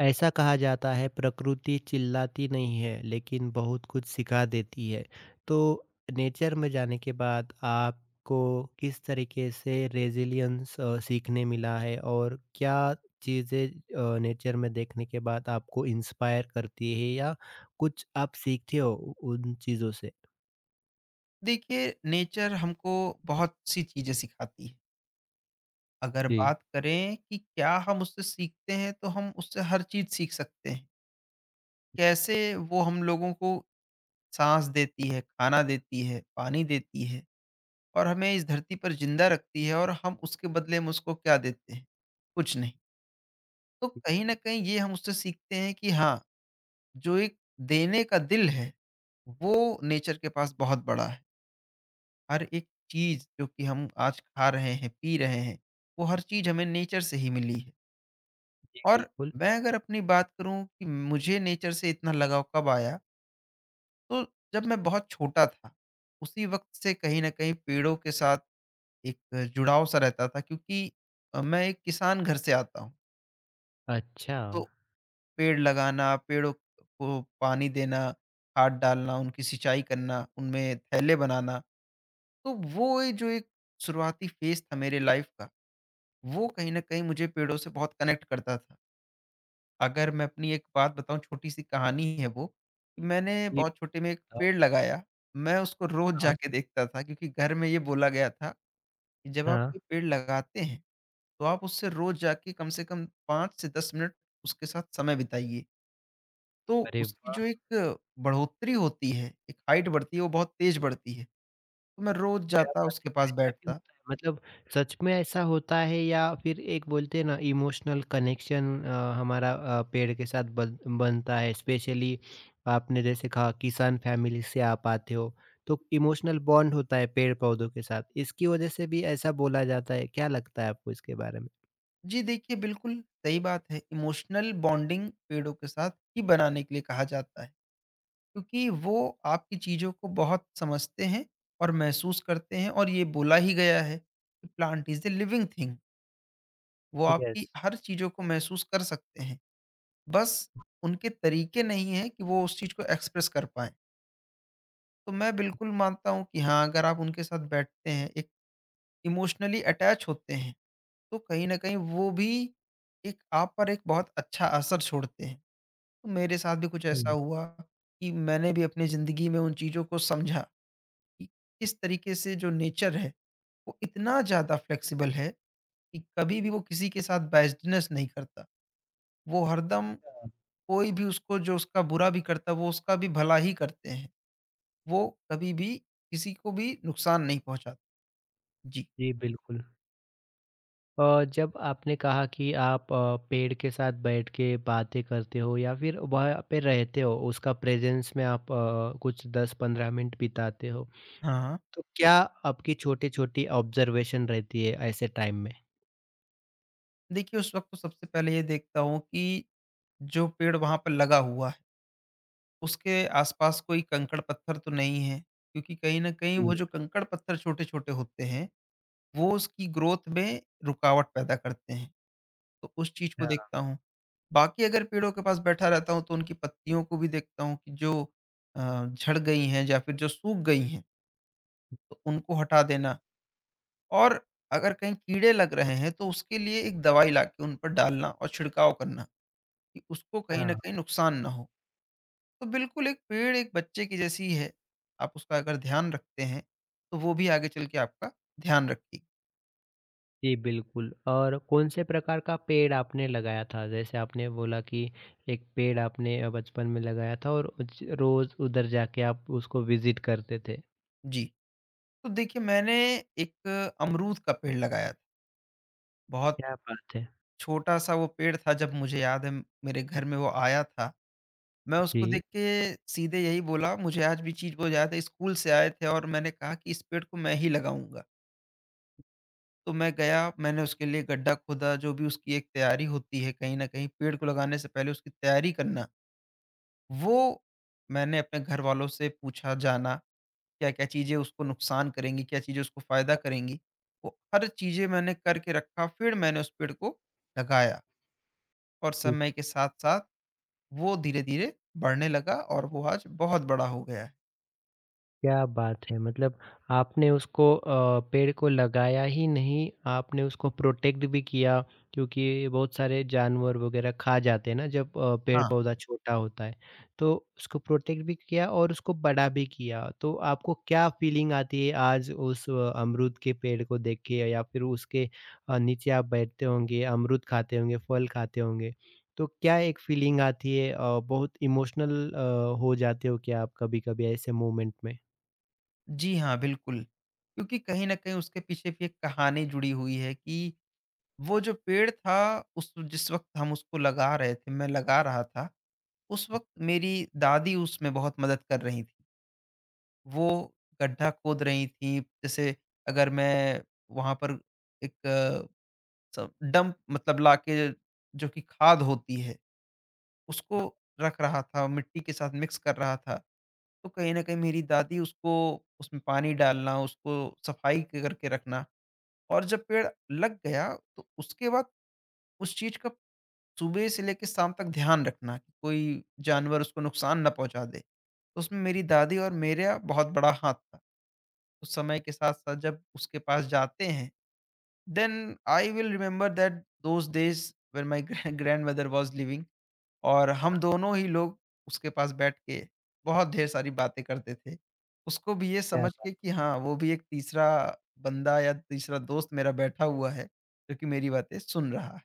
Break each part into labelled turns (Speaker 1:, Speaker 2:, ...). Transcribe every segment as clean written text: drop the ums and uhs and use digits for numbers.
Speaker 1: ऐसा कहा जाता है, प्रकृति चिल्लाती नहीं है लेकिन बहुत कुछ सिखा देती है। तो नेचर में जाने के बाद आपको किस तरीके से रेजिलियंस सीखने मिला है, और क्या चीज़ें नेचर में देखने के बाद आपको इंस्पायर करती है, या कुछ आप सीखते हो उन चीज़ों से?
Speaker 2: देखिए नेचर हमको बहुत सी चीजें सिखाती है। अगर
Speaker 1: जी,
Speaker 2: बात करें कि क्या हम उससे सीखते हैं, तो हम उससे हर चीज सीख सकते हैं। कैसे वो हम लोगों को सांस देती है, खाना देती है, पानी देती है, और हमें इस धरती पर जिंदा रखती है। और हम उसके बदले में उसको क्या देते हैं? कुछ नहीं। तो कहीं ना कहीं ये हम उससे सीखते हैं कि हाँ, जो एक देने का दिल है, वो नेचर के पास बहुत बड़ा है। हर एक चीज़ जो कि हम आज खा रहे हैं, पी रहे हैं, वो हर चीज़ हमें नेचर से ही मिली है।
Speaker 1: जी,
Speaker 2: और
Speaker 1: बिल्कुल।
Speaker 2: मैं अगर अपनी बात करूँ कि मुझे नेचर से इतना लगाव कब आया, तो जब मैं बहुत छोटा था, उसी वक़्त से कहीं न कहीं पेड़ों के साथ एक जुड़ाव-सा रहता था, क्योंकि मैं एक किसान घर से आता हूँ।
Speaker 1: अच्छा,
Speaker 2: तो पेड़ लगाना, पेड़ों को पानी देना, खाद डालना, उनकी सिंचाई करना, उनमें थैले बनाना, तो वो ए जो एक शुरुआती फ़ेज़ था मेरे लाइफ़ का, वो कहीं न कहीं मुझे पेड़ों से बहुत कनेक्ट करता था। अगर मैं अपनी एक बात बताऊँ, छोटी-सी कहानी है वो, कि मैंने
Speaker 1: ये
Speaker 2: बहुत छोटे में एक
Speaker 1: बताओ।
Speaker 2: पेड़ लगाया। मैं उसको रोज़
Speaker 1: हाँ,
Speaker 2: जाके देखता था, क्योंकि घर में ये बोला गया था कि जब आप
Speaker 1: हाँ।
Speaker 2: कोई पेड़ लगाते हैं, तो आप उससे रोज़ जाके कम से कम 5 से 10 मिनट उसके साथ समय बिताइए। तो
Speaker 1: अरे
Speaker 2: उसकी
Speaker 1: वाह,
Speaker 2: जो एक बढ़ोतरी होती है, एक हाइट बढ़ती है, वो बहुत तेज़ बढ़ती है। तो मैं रोज़
Speaker 1: क्या
Speaker 2: जाता
Speaker 1: बात
Speaker 2: उसके
Speaker 1: है!
Speaker 2: पास
Speaker 1: ऐसा भी
Speaker 2: बैठता।
Speaker 1: होता है? मतलब सच में ऐसा होता है या फिर एक बोलते हैं ना, इमोशनल कनेक्शन, हमारा पेड़ के साथ बन बनता है स्पेशली। आपने जैसे कहा किसान फैमिली से आप आते हो, तो इमोशनल बॉन्ड होता है पेड़-पौधों के साथ, इसकी वजह से भी ऐसा बोला जाता है, क्या लगता है आपको इसके बारे में?
Speaker 2: जी, देखिए, बिल्कुल सही बात है। इमोशनल बॉन्डिंग पेड़ों के साथ ही बनाने के लिए कहा जाता है, क्योंकि वो आपकी चीज़ों को बहुत समझते हैं और महसूस करते हैं। और ये बोला ही गया है कि plant is a living thing. वो आपकी
Speaker 1: यस,
Speaker 2: हर चीज़ों को महसूस कर सकते हैं, बस उनके तरीके नहीं हैं कि वो उस चीज़ को एक्सप्रेस कर पाएँ। तो मैं बिल्कुल मानता हूँ कि हाँ, अगर आप उनके साथ बैठते हैं, एक इमोशनली अटैच होते हैं, तो कहीं न कहीं वो भी एक आप पर एक बहुत अच्छा असर छोड़ते हैं। तो मेरे साथ भी कुछ ऐसा
Speaker 1: हाँ,
Speaker 2: हुआ कि मैंने भी अपनी ज़िंदगी में उन चीज़ों को समझा कि किस तरीके से जो नेचर है, वो इतना ज़्यादा फ्लेक्सिबल है कि कभी भी वो किसी के साथ बैजनेस नहीं करता। वो हरदम
Speaker 1: हाँ,
Speaker 2: कोई भी उसको जो उसका बुरा भी करता है, वो उसका भी भला ही करते हैं। वो कभी भी किसी को भी नुकसान नहीं पहुँचाते। जी।
Speaker 1: जी बिल्कुल। जब आपने कहा कि आप पेड़ के साथ बैठ के बातें करते हो या फिर वहाँ पे रहते हो, उसका प्रेज़ेंस में आप कुछ 10-15 मिनट बिताते हो,
Speaker 2: हाँ,
Speaker 1: तो क्या आपकी छोटी-छोटी ऑब्ज़र्वेशन रहती है ऐसे टाइम में?
Speaker 2: देखिए, उस वक़्त तो सबसे पहले ये देखता हूँ कि जो पेड़ वहाँ पर लगा हुआ है, उसके आसपास कोई कंकड़-पत्थर तो नहीं है, क्योंकि कहीं न कहीं वो
Speaker 1: जी,
Speaker 2: जो कंकड़-पत्थर छोटे-छोटे होते हैं, वो उसकी ग्रोथ में रुकावट पैदा करते हैं, तो उस चीज़ को
Speaker 1: हाँ,
Speaker 2: देखता हूँ। बाकी अगर पेड़ों के पास बैठा रहता हूँ, तो उनकी पत्तियों को भी देखता हूँ कि जो झड़ गई हैं या फिर जो सूख गई हैं, तो उनको हटा देना। और अगर कहीं कीड़े लग रहे हैं, तो उसके लिए एक दवाई लाके उन पर डालना और छिड़काव करना कि उसको कहीं न
Speaker 1: हाँ।
Speaker 2: कहीं नुकसान ना हो। तो बिल्कुल एक पेड़ एक बच्चे की जैसी ही है। आप उसका अगर ध्यान रखते हैं, तो वो भी आगे चल के आपका ध्यान रखेगी।
Speaker 1: जी, बिल्कुल। और कौन से प्रकार का पेड़ आपने लगाया था? जैसे आपने बोला कि एक पेड़ आपने बचपन में लगाया था, और ज रोज़ उधर जाके आप उसको विज़िट करते थे।
Speaker 2: जी, तो देखिए, मैंने एक अमरूद का पेड़ लगाया था। बहुत
Speaker 1: क्या बात है!
Speaker 2: छोटा-सा वो पेड़ था, जब मुझे याद है मेरे घर में वो आया था। मैं उसको
Speaker 1: जी।
Speaker 2: देख के सीधे यही बोला, मुझे आज भी चीज़ वो याद है, स्कूल से आए थे और मैंने कहा कि इस पेड़ को मैं ही लगाऊँगा। तो मैं गया, मैंने उसके लिए गड्ढा खोदा, जो भी उसकी एक तैयारी होती है, कहीं न कहीं पेड़ को लगाने से पहले उसकी तैयारी करना। वो मैंने अपने घरवालों से पूछा जाना, क्या-क्या चीज़ें उसको नुकसान करेंगी, क्या चीज़ें उसको फ़ायदा करेंगी। वो हर चीज़ें मैंने करके रखा, फिर मैंने उस पेड़ को लगाया और समय के साथ-साथ वो धीरे-धीरे बढ़ने लगा और वो आज बहुत बड़ा हो गया है।
Speaker 1: क्या बात है! मतलब आपने उसको पेड़ को लगाया ही नहीं, आपने उसको प्रोटेक्ट भी किया क्योंकि बहुत सारे जानवर वगैरह खा जाते हैं ना जब
Speaker 2: हाँ,
Speaker 1: पेड़-पौधा छोटा होता है। तो उसको प्रोटेक्ट भी किया और उसको बड़ा भी किया। तो आपको क्या फीलिंग आती है आज उस अमरूद के पेड़ को देख के, या फिर उसके नीचे आप बैठते होंगे, अमरूद खाते होंगे, फल खाते होंगे। तो क्या एक फीलिंग आती है, बहुत इमोशनल हो जाते हो क्या आप कभी-कभी ऐसे मोमेंट में?
Speaker 2: जी हाँ, बिल्कुल। क्योंकि कहीं न कहीं उसके पीछे भी एक कहानी जुड़ी हुई है कि वो जो पेड़ था, उस जिस वक़्त हम उसको लगा रहे थे, मैं लगा रहा था, उस वक़्त मेरी दादी उसमें बहुत मदद कर रही थी। वो गड्ढा खोद रही थीं। जैसे, अगर मैं वहाँ पर एक स डंप मतलब लाके, जो कि खाद होती है, उसको रख रहा था, मिट्टी के साथ मिक्स कर रहा था। तो कहीं न कहीं मेरी दादी उसको उसमें पानी डालना, उसको सफाई करके रखना, और जब पेड़ लग गया, तो उसके बाद उस चीज़ का सुबह से लेके शाम तक ध्यान रखना कि कोई जानवर उसको नुकसान ना पहुँचा दे। तो उसमें मेरी दादी और मेरा बहुत बड़ा हाथ था। उस समय के साथ-साथ जब उसके पास जाते हैं, then I will remember that those days when my grandmother was living. और हम दोनों ही लोग उसके पास बैठ के बहुत ढेर सारी बातें करते थे। उसको भी ये
Speaker 1: क्या
Speaker 2: समझ
Speaker 1: बात।
Speaker 2: के कि हाँ, वो भी एक तीसरा बंदा या तीसरा दोस्त मेरा बैठा हुआ है, जो कि मेरी बातें सुन रहा है।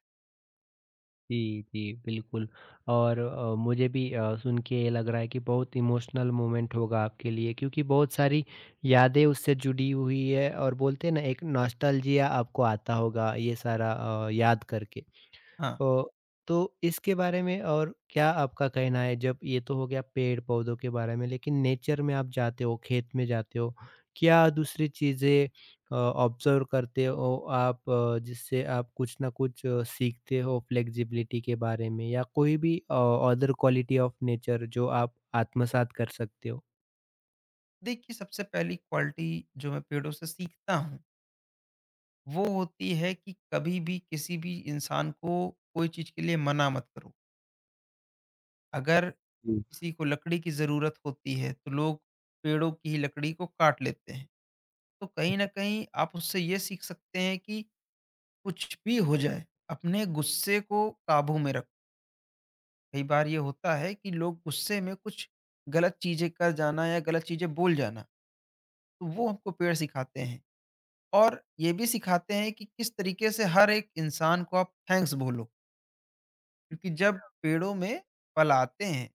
Speaker 1: जी, जी, बिल्कुल। और मुझे भी सुन के ये लग रहा है कि बहुत इमोशनल मोमेंट होगा आपके लिए, क्योंकि बहुत सारी यादें उससे जुड़ी हुई है, और बोलते हैं ना एक नॉस्टैल्जिया आपको आता होगा ये सारा याद करके।
Speaker 2: हाँ,
Speaker 1: ओ, तो इसके बारे में और क्या आपका कहना है? जब ये तो हो गया पेड़ पौधों के बारे में, लेकिन नेचर में आप जाते हो, खेत में जाते हो, क्या दूसरी चीज़ें ऑब्जर्व करते हो आप जिससे आप कुछ ना कुछ सीखते हो फ्लेक्सिबिलिटी के बारे में, या कोई भी अदर क्वालिटी ऑफ नेचर जो आप आत्मसात कर सकते
Speaker 2: देखिए, सबसे पहली क्वालिटी जो मैं पेड़ों से सीखता हूँ, वो होती है कि कभी भी किसी भी इंसान को कोई चीज़ के लिए मना मत करो। अगर
Speaker 1: हो?
Speaker 2: किसी को लकड़ी की ज़रूरत होती है, तो लोग पेड़ों की ही लकड़ी को काट लेते हैं। तो कहीं न कहीं आप उससे ये सीख सकते हैं कि कुछ भी हो जाए, अपने गुस्से को काबू में रखो। कई बार ये होता है कि लोग गुस्से में कुछ गलत चीज़ें कर जाना या गलत चीज़ें बोल जाना, तो वो हमको पेड़ सिखाते हैं। और ये भी सिखाते हैं कि किस तरीके से हर एक इंसान को आप थैंक्स बोलो, क्योंकि जब पेड़ों में फल आते हैं,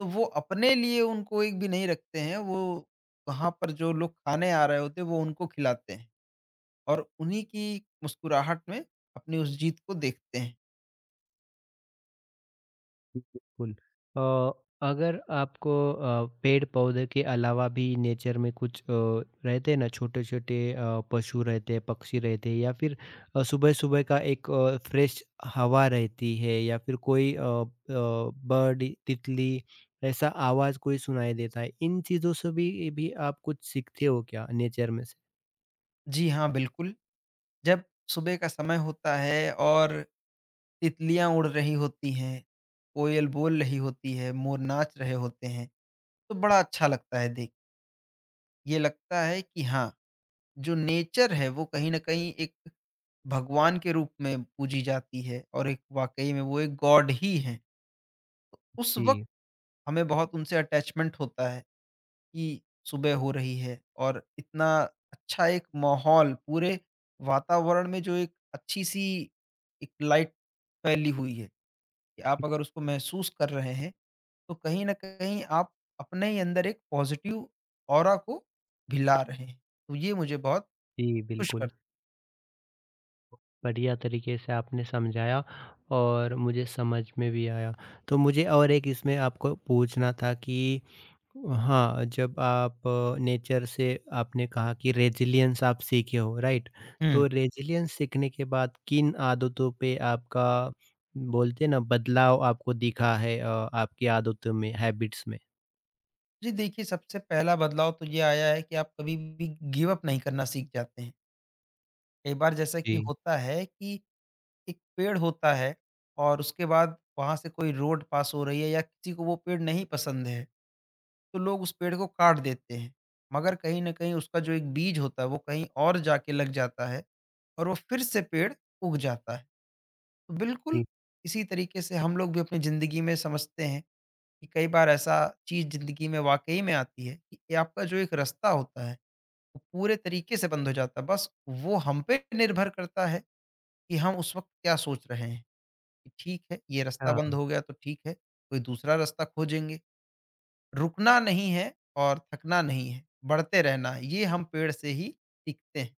Speaker 2: तो वो अपने लिए उनको एक भी नहीं रखते हैं। वो वहाँ पर जो लोग खाने आ रहे होते हैं, वो उनको खिलाते हैं और उन्हीं की मुस्कुराहट में अपनी उस जीत को देखते हैं।
Speaker 1: बिल्कुल। अ, अगर आपको पेड़-पौधे के अलावा भी नेचर में कुछ रहते हैं ना, छोटे-छोटे पशु रहते हैं, पक्षी रहते हैं, या फिर सुबह-सुबह का एक फ्रेश हवा रहती है, या फिर कोई बर्ड, तितली, ऐसा आवाज़ कोई सुनाई देता है। इन चीज़ों से भी आप कुछ सीखते हो क्या नेचर में से?
Speaker 2: जी हाँ, बिल्कुल। जब सुबह का समय होता है और तितलियाँ उड़ रही होती हैं, कोयल बोल रही होती है, मोर नाच रहे होते हैं, तो बड़ा अच्छा लगता है देख। ये लगता है कि हाँ, जो नेचर है, वो कहीं न कहीं एक भगवान के रूप में पूजी जाती है और एक वाक़ई में वो एक गॉड ही हैं। उस वक़्त
Speaker 1: जी,
Speaker 2: हमें बहुत उनसे अटैचमेंट होता है कि सुबह हो रही है और इतना अच्छा एक माहौल पूरे वातावरण में, जो एक अच्छी-सी एक लाइट फैली हुई है, कि आप अगर उसको महसूस कर रहे हैं, तो कहीं न कहीं आप अपने ही अंदर एक पॉज़िटिव ऑरा को भिला रहे हैं। तो ये मुझे बहुत
Speaker 1: जी,
Speaker 2: खुश
Speaker 1: बिल्कुल।
Speaker 2: कर
Speaker 1: बढ़िया तरीके से आपने समझाया, और मुझे समझ में भी आया। तो मुझे और एक इसमें आपको पूछना था कि हाँ, जब आप नेचर से आपने कहा कि रेज़िलियंस आप सीखे हो, राइट?
Speaker 2: हुँ।
Speaker 1: तो रेज़िलियंस सीखने के बाद किन आदतों पे आपका बोलते हैं ना बदलाव आपको दिखा है आपकी आदतों में, हैबिट्स में?
Speaker 2: जी, देखिए, सबसे पहला बदलाव तो ये आया है कि आप कभी भी गिव अप नहीं करना सीख जाते हैं। कई बार जैसा कि
Speaker 1: जी।
Speaker 2: होता है कि एक पेड़ होता है और उसके बाद वहाँ से कोई रोड पास हो रही है या किसी को वो पेड़ नहीं पसंद है, तो लोग उस पेड़ को काट देते हैं। मगर कहीं न कहीं उसका जो एक बीज होता है, वो कहीं और जाके लग जाता है और वो फिर से पेड़ उग जाता है। तो बिल्कुल
Speaker 1: जी,
Speaker 2: इसी तरीके से हम लोग भी अपनी ज़िंदगी में समझते हैं कि कई बार ऐसा चीज़ ज़िंदगी में वाक़ई में आती है कि ये आपका जो एक रास्ता होता है, वो पूरे तरीके से बंद हो जाता है। बस वो हम पे निर्भर करता है कि हम उस वक़्त क्या सोच रहे हैं। कि ठीक है, ये रास्ता बंद
Speaker 1: हाँ।
Speaker 2: हो गया, तो ठीक है, कोई दूसरा रास्ता खोजेंगे। रुकना नहीं है और थकना नहीं है, बढ़ते रहना है, ये हम पेड़ से ही सीखते हैं।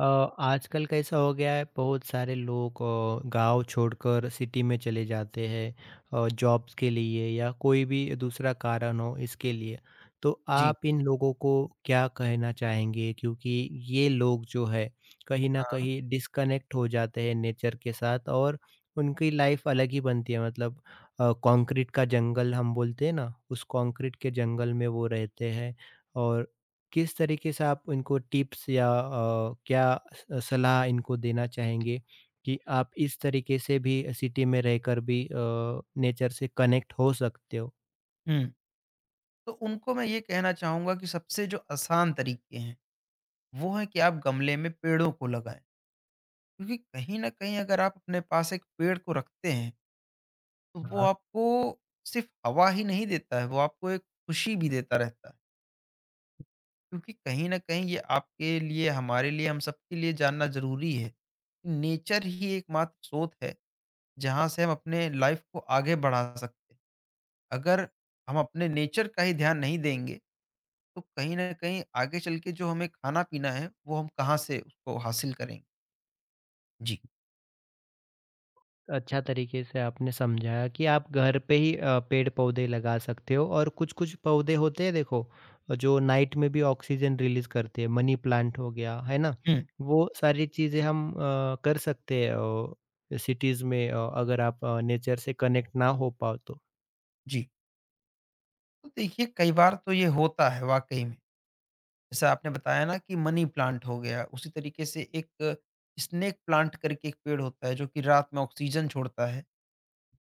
Speaker 1: आजकल कैसा हो गया है, बहुत सारे लोग गांव छोड़कर सिटी में चले जाते हैं जॉब्स के लिए, या कोई भी दूसरा कारण हो इसके लिए, तो
Speaker 2: जी,
Speaker 1: आप इन लोगों को क्या कहना चाहेंगे? क्योंकि ये लोग जो है कहीं ना
Speaker 2: हाँ।
Speaker 1: कहीं डिस्कनेक्ट हो जाते हैं नेचर के साथ, और उनकी लाइफ अलग ही बनती है, मतलब कंक्रीट का जंगल हम बोलते हैं ना, उस कंक्रीट के जंगल में वो रहते हैं। और किस तरीके से आप इनको टिप्स या क्या स सलाह इनको देना चाहेंगे कि आप इस तरीके से भी सिटी में रहकर भी नेचर से कनेक्ट हो सकते हो?
Speaker 2: हुँ, तो उनको मैं ये कहना चाहूँगा कि सबसे जो आसान तरीके हैं, वो है कि आप गमले में पेड़ों को लगाएँ। क्योंकि कहीं न कहीं अगर आप अपने पास एक पेड़ को रखते हैं, तो वो
Speaker 1: हाँ,
Speaker 2: आपको सिर्फ़ हवा ही नहीं देता है, वो आपको एक खुशी भी देता रहता है। क्योंकि कहीं न कहीं ये आपके लिए, हमारे लिए, हम सबके लिए जानना ज़रूरी है कि नेचर ही एकमात्र स्रोत है, जहाँ से हम अपने लाइफ़ को आगे बढ़ा सकते हैं। अगर हम अपने नेचर का ही ध्यान नहीं देंगे, तो कहीं न कहीं आगे चल के जो हमें खाना-पीना है, वो हम कहाँ से उसको हासिल करेंगे? जी।
Speaker 1: अच्छा तरीके से आपने समझाया कि आप घर पे ही पेड़-पौधे लगा सकते हो, और कुछ-कुछ पौधे होते हैं देखो, जो नाइट में भी ऑक्सीजन रिलीज़ करते हैं, मनी प्लांट हो गया, है ना?
Speaker 2: हुँ,
Speaker 1: वो सारी चीज़ें हम कर सकते हैं सिटीज़ में अगर आप नेचर से कनेक्ट ना हो पाओ तो।
Speaker 2: जी। तो देखिए, कई बार तो ये होता है वाक़ई में। जैसा आपने बताया ना कि मनी प्लांट हो गया, उसी तरीके से एक स्नेक प्लांट करके एक पेड़ होता है, जो कि रात में ऑक्सीजन छोड़ता है।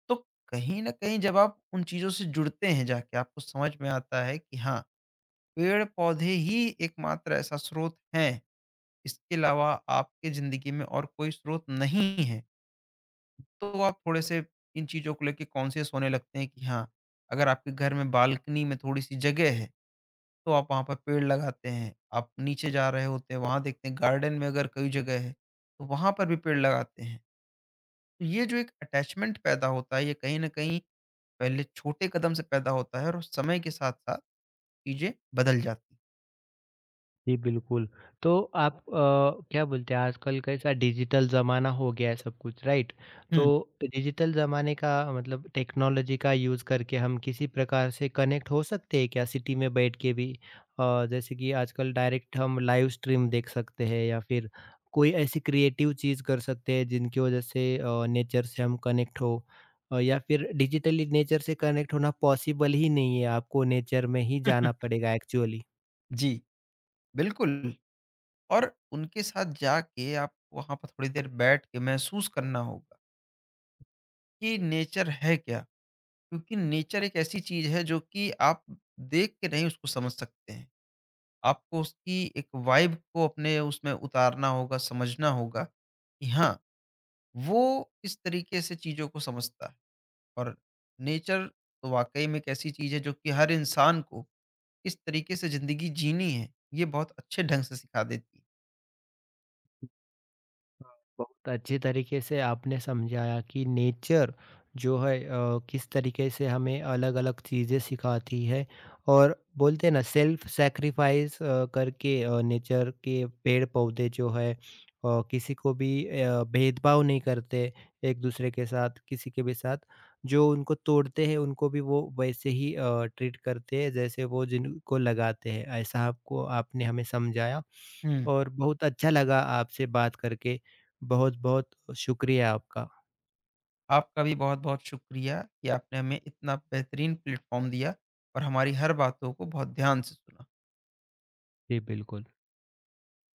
Speaker 2: तो कहीं न कहीं जब आप उन चीज़ों से जुड़ते हैं जाके, आपको समझ में आता है कि हाँ, पेड़-पौधे ही एकमात्र ऐसा स्रोत हैं, इसके अलावा आपके ज़िंदगी में और कोई स्रोत नहीं है। तो आप थोड़े-से इन चीज़ों को लेके कॉन्शियस होने लगते हैं कि हाँ, अगर आपके घर में बालकनी में थोड़ी-सी जगह है, तो आप वहाँ पर पेड़ लगाते हैं। आप नीचे जा रहे होते हैं, वहाँ देखते हैं गार्डन में अगर कोई जगह है, तो वहाँ पर भी पेड़ लगाते हैं। तो ये जो एक अटैचमेंट पैदा होता है, ये कहीं न कहीं पहले छोटे कदम से पैदा होता है और समय के साथ-साथ चीज़ें बदल जाती हैं।
Speaker 1: जी, बिल्कुल। तो आप क्या बोलते हैं, आजकल कैसा डिजिटल ज़माना हो गया है सब कुछ, राइट? तो
Speaker 2: हुँ।
Speaker 1: डिजिटल ज़माने का मतलब टेक्नोलॉजी का यूज़ करके हम किसी प्रकार से कनेक्ट हो सकते हैं क्या सिटी में बैठ के भी? जैसे कि आजकल डायरेक्ट हम लाइव स्ट्रीम देख सकते हैं, या फिर कोई ऐसी क्रिएटिव चीज़ कर सकते हैं जिनकी वज़ह से नेचर से हम कनेक्ट हो, या फिर डिजिटली नेचर से कनेक्ट होना पॉसिबल ही नहीं है, आपको नेचर में ही जाना पड़ेगा एक्चुअली?
Speaker 2: जी। बिल्कुल, और उनके साथ जाके आपको वहाँ पर थोड़ी देर बैठ के महसूस करना होगा कि नेचर है क्या? क्योंकि नेचर एक ऐसी चीज़ है, जो कि आप देख के नहीं उसको समझ सकते हैं। आपको उसकी एक वाइब को अपने उसमें उतारना होगा, समझना होगा कि हाँ, वो किस तरीके से चीज़ों को समझता है और नेचर तो वाक़ई में एक ऐसी चीज़ है, जो कि हर इंसान को किस तरीके से ज़िंदगी जीनी है, ये बहुत अच्छे ढंग से सिखा देती है।
Speaker 1: बहुत अच्छे तरीके से आपने समझाया कि नेचर जो है किस तरीके से हमें अलग-अलग चीज़ें सिखाती है, और बोलते हैं ना सेल्फ सैक्रिफाइस करके नेचर के पेड़-पौधे जो है किसी को भी भेदभाव नहीं करते एक दूसरे के साथ, किसी के भी साथ। जो उनको तोड़ते हैं उनको भी वो वैसे ही ट्रीट करते हैं जैसे वो जिनको लगाते हैं, ऐसा आपको आपने हमें समझाया।
Speaker 2: हुँ।
Speaker 1: और बहुत अच्छा लगा आपसे बात करके। बहुत-बहुत शुक्रिया आपका।
Speaker 2: आपका भी बहुत-बहुत शुक्रिया कि आपने हमें इतना बेहतरीन प्लेटफ़ॉर्म दिया और हमारी हर बातों को बहुत ध्यान से सुना।
Speaker 1: जी, बिल्कुल।